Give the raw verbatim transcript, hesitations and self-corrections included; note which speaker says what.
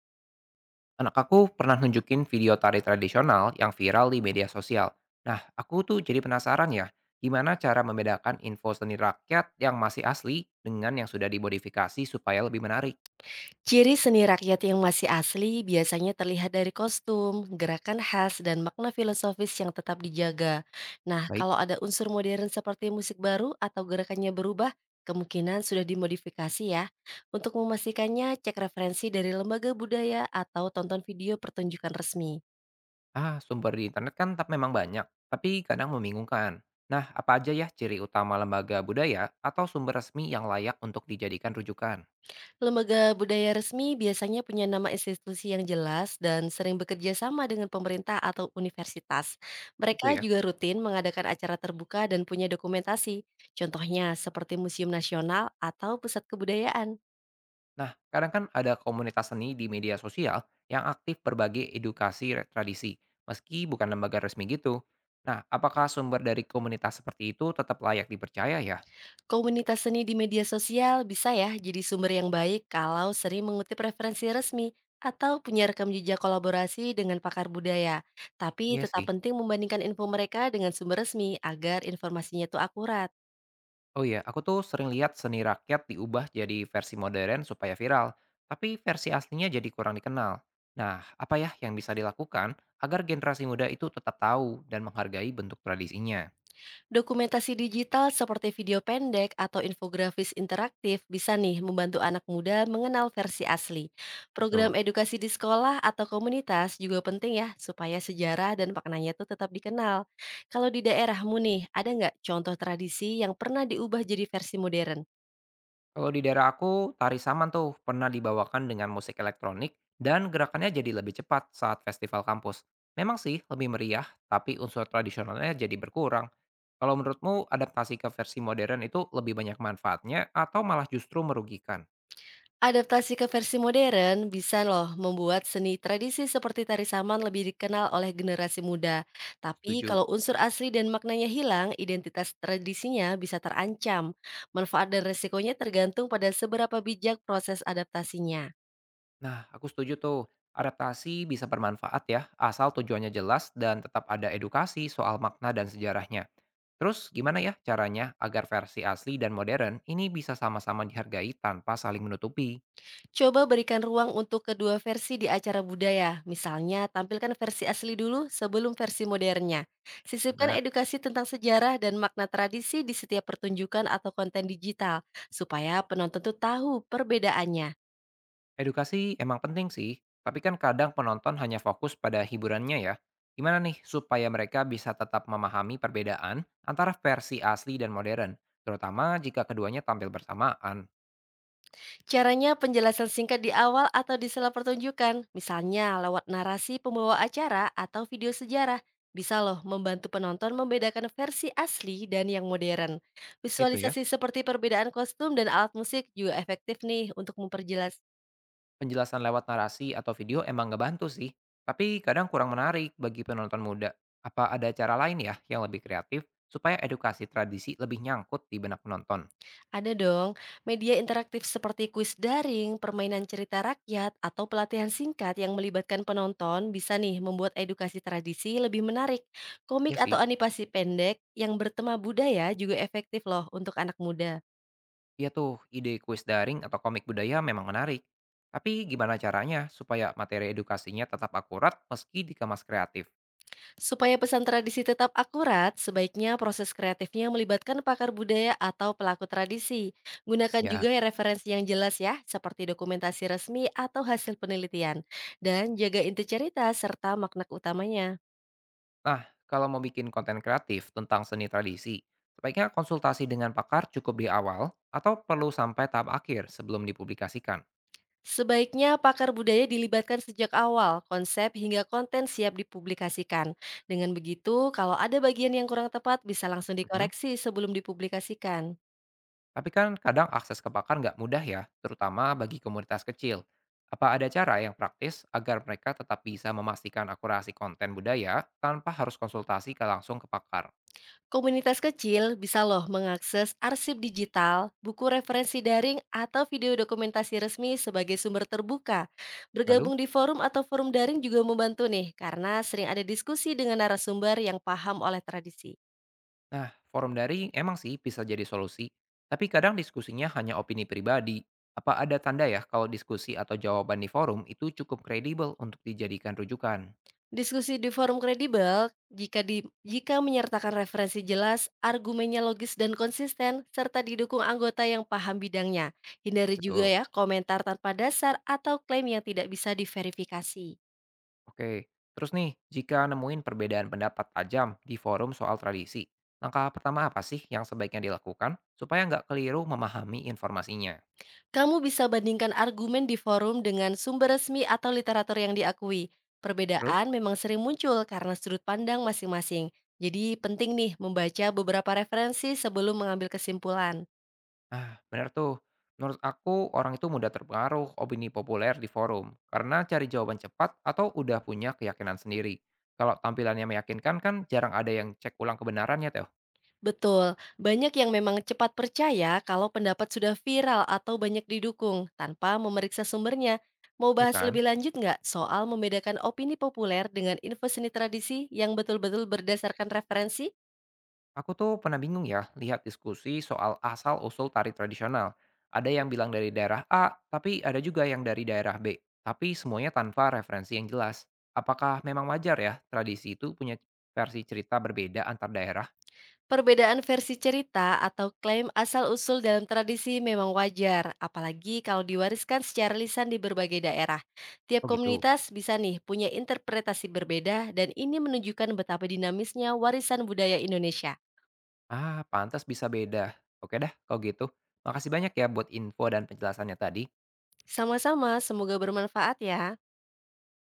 Speaker 1: Anak aku pernah nunjukin video tari tradisional yang viral di media sosial. Nah, aku tuh jadi penasaran ya, gimana cara membedakan info seni rakyat yang masih asli dengan yang sudah dimodifikasi supaya lebih menarik.
Speaker 2: Ciri seni rakyat yang masih asli biasanya terlihat dari kostum, gerakan khas, dan makna filosofis yang tetap dijaga. Nah,
Speaker 1: Baik,
Speaker 2: kalau ada unsur modern seperti musik baru atau gerakannya berubah, kemungkinan sudah dimodifikasi ya. Untuk memastikannya, cek referensi dari lembaga budaya atau tonton video pertunjukan resmi.
Speaker 1: ah sumber di internet kan tetap memang banyak, tapi kadang membingungkan. Nah, apa aja ya ciri utama lembaga budaya atau sumber resmi yang layak untuk dijadikan rujukan?
Speaker 2: Lembaga budaya resmi biasanya punya nama institusi yang jelas dan sering bekerja sama dengan pemerintah atau universitas.
Speaker 1: Gitu
Speaker 2: Mereka
Speaker 1: ya.
Speaker 2: juga rutin mengadakan acara terbuka dan punya dokumentasi, contohnya seperti museum nasional atau pusat kebudayaan.
Speaker 1: Nah, kadang kan ada komunitas seni di media sosial yang aktif berbagi edukasi re- tradisi, meski bukan lembaga resmi gitu. Nah, apakah sumber dari komunitas seperti itu tetap layak dipercaya ya?
Speaker 2: Komunitas seni di media sosial bisa ya jadi sumber yang baik kalau sering mengutip referensi resmi atau punya rekam jejak kolaborasi dengan pakar budaya. Tapi
Speaker 1: Iya
Speaker 2: tetap
Speaker 1: sih.
Speaker 2: penting membandingkan info mereka dengan sumber resmi agar informasinya itu akurat.
Speaker 1: Oh iya, aku tuh sering lihat seni rakyat diubah jadi versi modern supaya viral, tapi versi aslinya jadi kurang dikenal. Nah, apa ya yang bisa dilakukan agar generasi muda itu tetap tahu dan menghargai bentuk tradisinya?
Speaker 2: Dokumentasi digital seperti video pendek atau infografis interaktif bisa nih membantu anak muda mengenal versi asli. Program
Speaker 1: Betul.
Speaker 2: edukasi di sekolah atau komunitas juga penting ya supaya sejarah dan maknanya tuh tetap dikenal. Kalau di daerahmu nih, ada nggak contoh tradisi yang pernah diubah jadi versi modern?
Speaker 1: Kalau di daerah aku, tari saman tuh pernah dibawakan dengan musik elektronik dan gerakannya jadi lebih cepat saat festival kampus. Memang sih lebih meriah, tapi unsur tradisionalnya jadi berkurang. Kalau menurutmu adaptasi ke versi modern itu lebih banyak manfaatnya atau malah justru merugikan?
Speaker 2: Adaptasi ke versi modern bisa loh membuat seni tradisi seperti tari saman lebih dikenal oleh generasi muda. Tapi
Speaker 1: Setuju.
Speaker 2: kalau unsur asli dan maknanya hilang, identitas tradisinya bisa terancam. Manfaat dan resikonya tergantung pada seberapa bijak proses adaptasinya.
Speaker 1: Nah, aku setuju tuh. Adaptasi bisa bermanfaat ya, asal tujuannya jelas dan tetap ada edukasi soal makna dan sejarahnya. Terus gimana ya caranya agar versi asli dan modern ini bisa sama-sama dihargai tanpa saling menutupi?
Speaker 2: Coba berikan ruang untuk kedua versi di acara budaya. Misalnya, tampilkan versi asli dulu sebelum versi modernnya. Sisipkan
Speaker 1: Bener?
Speaker 2: edukasi tentang sejarah dan makna tradisi di setiap pertunjukan atau konten digital, supaya penonton tuh tahu perbedaannya.
Speaker 1: Edukasi emang penting sih, tapi kan kadang penonton hanya fokus pada hiburannya ya. Gimana nih supaya mereka bisa tetap memahami perbedaan antara versi asli dan modern, terutama jika keduanya tampil bersamaan?
Speaker 2: Caranya penjelasan singkat di awal atau di sela pertunjukan, misalnya lewat narasi pembawa acara atau video sejarah, bisa loh membantu penonton membedakan versi asli dan yang modern.
Speaker 1: Itu ya.
Speaker 2: Visualisasi seperti perbedaan kostum dan alat musik juga efektif nih untuk memperjelas.
Speaker 1: Penjelasan lewat narasi atau video emang ngebantu sih, tapi kadang kurang menarik bagi penonton muda. Apa ada cara lain ya yang lebih kreatif supaya edukasi tradisi lebih nyangkut di benak penonton?
Speaker 2: Ada dong, media interaktif seperti kuis daring, permainan cerita rakyat, atau pelatihan singkat yang melibatkan penonton bisa nih membuat edukasi tradisi lebih menarik. Komik
Speaker 1: Ya sih,
Speaker 2: atau animasi pendek yang bertema budaya juga efektif loh untuk anak muda.
Speaker 1: iya tuh ide kuis daring atau komik budaya memang menarik. Tapi gimana caranya supaya materi edukasinya tetap akurat meski dikemas kreatif?
Speaker 2: Supaya pesan tradisi tetap akurat, sebaiknya proses kreatifnya melibatkan pakar budaya atau pelaku tradisi. Gunakan
Speaker 1: Ya,
Speaker 2: juga ya referensi yang jelas ya, seperti dokumentasi resmi atau hasil penelitian. Dan jaga inti cerita serta makna utamanya.
Speaker 1: nah kalau mau bikin konten kreatif tentang seni tradisi, sebaiknya konsultasi dengan pakar cukup di awal atau perlu sampai tahap akhir sebelum dipublikasikan?
Speaker 2: Sebaiknya pakar budaya dilibatkan sejak awal, konsep hingga konten siap dipublikasikan. Dengan begitu, kalau ada bagian yang kurang tepat bisa langsung
Speaker 1: Mhm.
Speaker 2: dikoreksi sebelum dipublikasikan.
Speaker 1: Tapi kan kadang akses ke pakar nggak mudah ya, terutama bagi komunitas kecil. Apa ada cara yang praktis agar mereka tetap bisa memastikan akurasi konten budaya tanpa harus konsultasi ke langsung ke pakar?
Speaker 2: Komunitas kecil bisa loh mengakses arsip digital, buku referensi daring, atau video dokumentasi resmi sebagai sumber terbuka. Bergabung
Speaker 1: Lalu,
Speaker 2: di forum atau forum daring juga membantu nih, karena sering ada diskusi dengan narasumber yang paham oleh tradisi.
Speaker 1: nah forum daring emang sih bisa jadi solusi, tapi kadang diskusinya hanya opini pribadi. Apa ada tanda ya kalau diskusi atau jawaban di forum itu cukup kredibel untuk dijadikan rujukan?
Speaker 2: Diskusi di forum kredibel jika di jika menyertakan referensi jelas, argumennya logis dan konsisten, serta didukung anggota yang paham bidangnya. Hindari juga
Speaker 1: Betul.
Speaker 2: ya komentar tanpa dasar atau klaim yang tidak bisa diverifikasi.
Speaker 1: Oke, terus nih, jika nemuin perbedaan pendapat tajam di forum soal tradisi, langkah pertama apa sih yang sebaiknya dilakukan supaya nggak keliru memahami informasinya?
Speaker 2: Kamu bisa bandingkan argumen di forum dengan sumber resmi atau literatur yang diakui.
Speaker 1: Terus,
Speaker 2: Perbedaan memang sering muncul karena sudut pandang masing-masing. Jadi penting nih membaca beberapa referensi sebelum mengambil kesimpulan.
Speaker 1: ah bener tuh, menurut aku orang itu mudah terpengaruh opini populer di forum karena cari jawaban cepat atau udah punya keyakinan sendiri. Kalau tampilannya meyakinkan kan jarang ada yang cek ulang kebenarannya tuh,
Speaker 2: Betul, banyak yang memang cepat percaya kalau pendapat sudah viral atau banyak didukung tanpa memeriksa sumbernya. Mau
Speaker 1: ya
Speaker 2: bahas
Speaker 1: kan?
Speaker 2: lebih lanjut nggak soal membedakan opini populer dengan info seni tradisi yang betul-betul berdasarkan referensi?
Speaker 1: Aku tuh pernah bingung ya lihat diskusi soal asal-usul tari tradisional. Ada yang bilang dari daerah A, tapi ada juga yang dari daerah be. Tapi semuanya tanpa referensi yang jelas. Apakah memang wajar ya tradisi itu punya versi cerita berbeda antar daerah?
Speaker 2: Perbedaan versi cerita atau klaim asal-usul dalam tradisi memang wajar, apalagi kalau diwariskan secara lisan di berbagai daerah. Tiap
Speaker 1: Oh gitu.
Speaker 2: komunitas bisa nih punya interpretasi berbeda dan ini menunjukkan betapa dinamisnya warisan budaya Indonesia.
Speaker 1: Ah, pantas bisa beda. Oke dah, kalau gitu. Makasih banyak ya buat info dan penjelasannya tadi.
Speaker 2: Sama-sama, semoga bermanfaat ya.